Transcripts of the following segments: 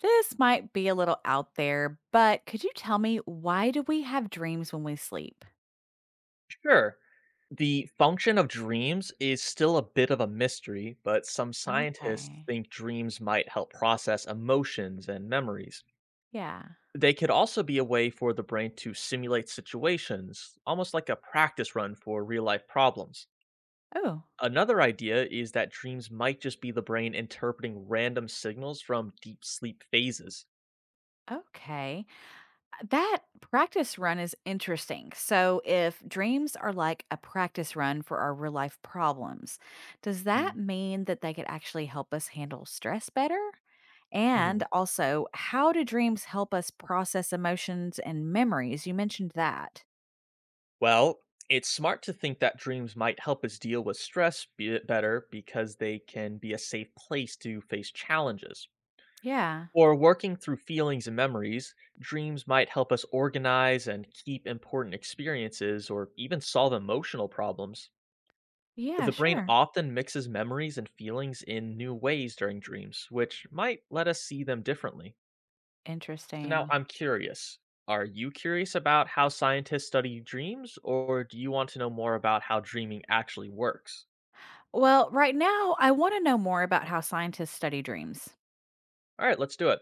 This might be a little out there, but could you tell me why do we have dreams when we sleep? Sure. The function of dreams is still a bit of a mystery, but some scientists Okay. think dreams might help process emotions and memories. Yeah. They could also be a way for the brain to simulate situations, almost like a practice run for real life problems. Oh, Another idea is that dreams might just be the brain interpreting random signals from deep sleep phases. okay. That practice run is interesting. So, if dreams are like a practice run for our real life problems, does Hmm. that mean that they could actually help us handle stress better? Mhm. And also, how do dreams help us process emotions and memories? You mentioned that. Well, it's smart to think that dreams might help us deal with stress better because they can be a safe place to face challenges. Yeah. Or working through feelings and memories, dreams might help us organize and keep important experiences or even solve emotional problems. Yeah, The brain sure. often mixes memories and feelings in new ways during dreams, which might let us see them differently. So now Interesting. I'm curious. Are you curious about how scientists study dreams, or do you want to know more about how dreaming actually works? Well, right now, I want to know more about how scientists study dreams. All right, let's do it.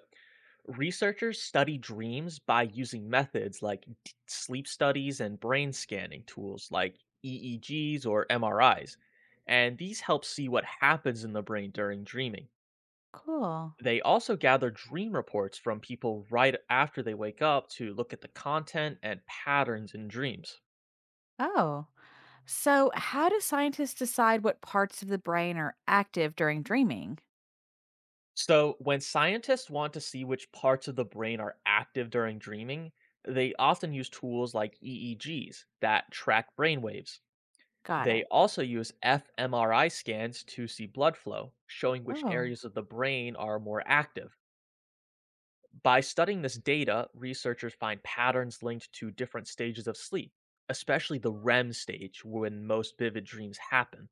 Researchers study dreams by using methods like sleep studies and brain scanning tools like EEGs or MRIs, and these help see what happens in the brain during dreaming. Cool. They also gather dream reports from people right after they wake up to look at the content and patterns in dreams. Oh, so how do scientists decide what parts of the brain are active during dreaming? So, when scientists want to see which parts of the brain are active during dreaming, they often use tools like EEGs that track brain waves. Got They it. also use fMRI scans to see blood flow, showing which Oh, areas of the brain are more active. By studying this data, researchers find patterns linked to different stages of sleep, especially the REM stage when most vivid dreams happen.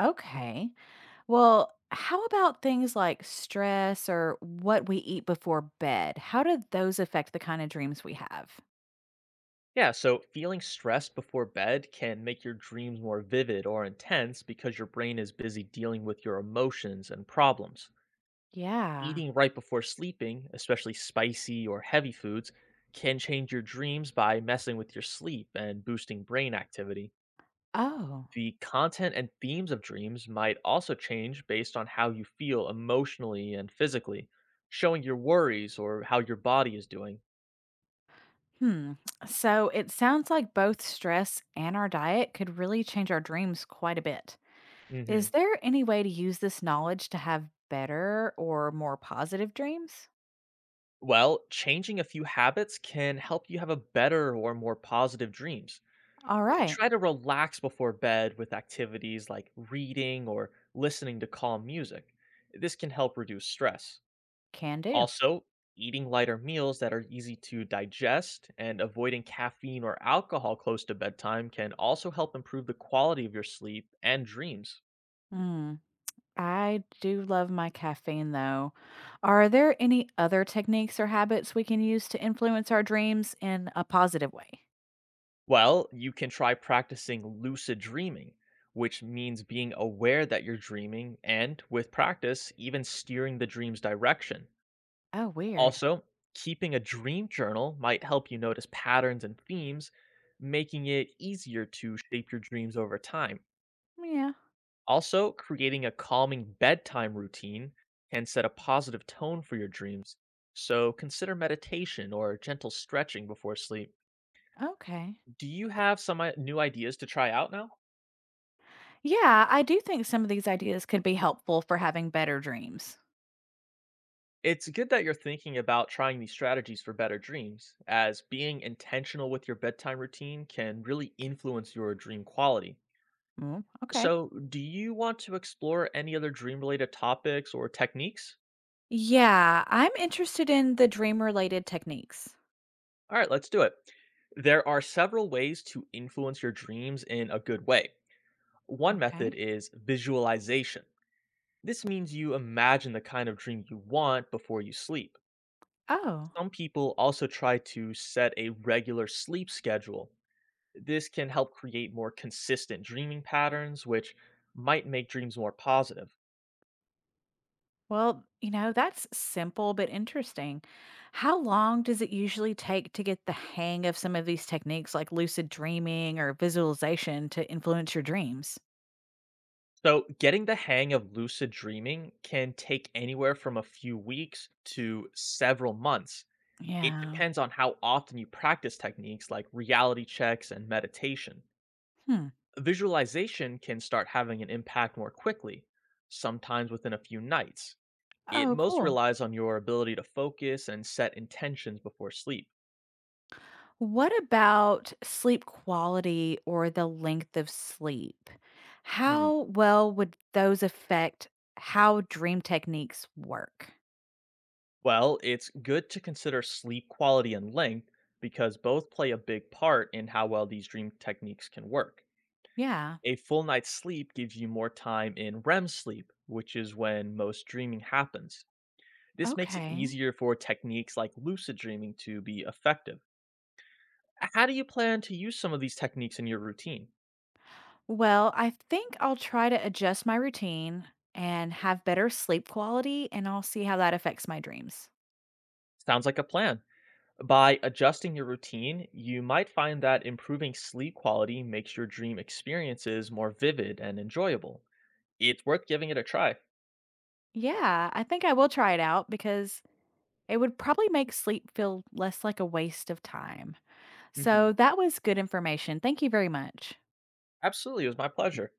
okay. Well, how about things like stress or what we eat before bed? How do those affect the kind of dreams we have? Yeah, so feeling stressed before bed can make your dreams more vivid or intense because your brain is busy dealing with your emotions and problems. Yeah. Eating right before sleeping, especially spicy or heavy foods, can change your dreams by messing with your sleep and boosting brain activity. Oh, The content and themes of dreams might also change based on how you feel emotionally and physically, showing your worries or how your body is doing. hmm. So it sounds like both stress and our diet could really change our dreams quite a bit. Is Mhm. there any way to use this knowledge to have better or more positive dreams? Well, changing a few habits can help you have a better or more positive dreams. All right, Try to relax before bed with activities like reading or listening to calm music. This can help reduce stress. can do. Also, eating lighter meals that are easy to digest and avoiding caffeine or alcohol close to bedtime can also help improve the quality of your sleep and dreams. Mm. I do love my caffeine though. Are there any other techniques or habits we can use to influence our dreams in a positive way? Well, you can try practicing lucid dreaming, which means being aware that you're dreaming and, with practice, even steering the dream's direction. Oh, weird. Also, keeping a dream journal might help you notice patterns and themes, making it easier to shape your dreams over time. Yeah, Also, creating a calming bedtime routine can set a positive tone for your dreams. So, consider meditation or gentle stretching before sleep. okay. Do you have some new ideas to try out now? Yeah, I do think some of these ideas could be helpful for having better dreams. It's good that you're thinking about trying these strategies for better dreams, as being intentional with your bedtime routine can really influence your dream quality. Mm, okay. So, do you want to explore any other dream related topics or techniques? Yeah, I'm interested in the dream related techniques. All right, let's do it. There are several ways to influence your dreams in a good way. One method Okay. is visualization. This means you imagine the kind of dream you want before you sleep. Oh, Some people also try to set a regular sleep schedule. This can help create more consistent dreaming patterns, which might make dreams more positive. That's simple but interesting. How long does it usually take to get the hang of some of these techniques like lucid dreaming or visualization to influence your dreams? So, getting the hang of lucid dreaming can take anywhere from a few weeks to several months. It Yeah. depends on how often you practice techniques like reality checks and meditation. Hmm. Visualization can start having an impact more quickly, sometimes within a few nights. It Oh, most cool. relies on your ability to focus and set intentions before sleep. What about sleep quality or the length of sleep? Hmm. How well would those affect how dream techniques work? Well, it's good to consider sleep quality and length because both play a big part in how well these dream techniques can work. Yeah. A full night's sleep gives you more time in REM sleep, which is when most dreaming happens. This makes it Okay. easier for techniques like lucid dreaming to be effective. How do you plan to use some of these techniques in your routine? Well, I think I'll try to adjust my routine and have better sleep quality, and I'll see how that affects my dreams. Sounds like a plan. By adjusting your routine, you might find that improving sleep quality makes your dream experiences more vivid and enjoyable. It's worth giving it a try. Yeah, I think I will try it out because it would probably make sleep feel less like a waste of time. Mhm. So that was good information. Thank you very much. Absolutely, it was my pleasure.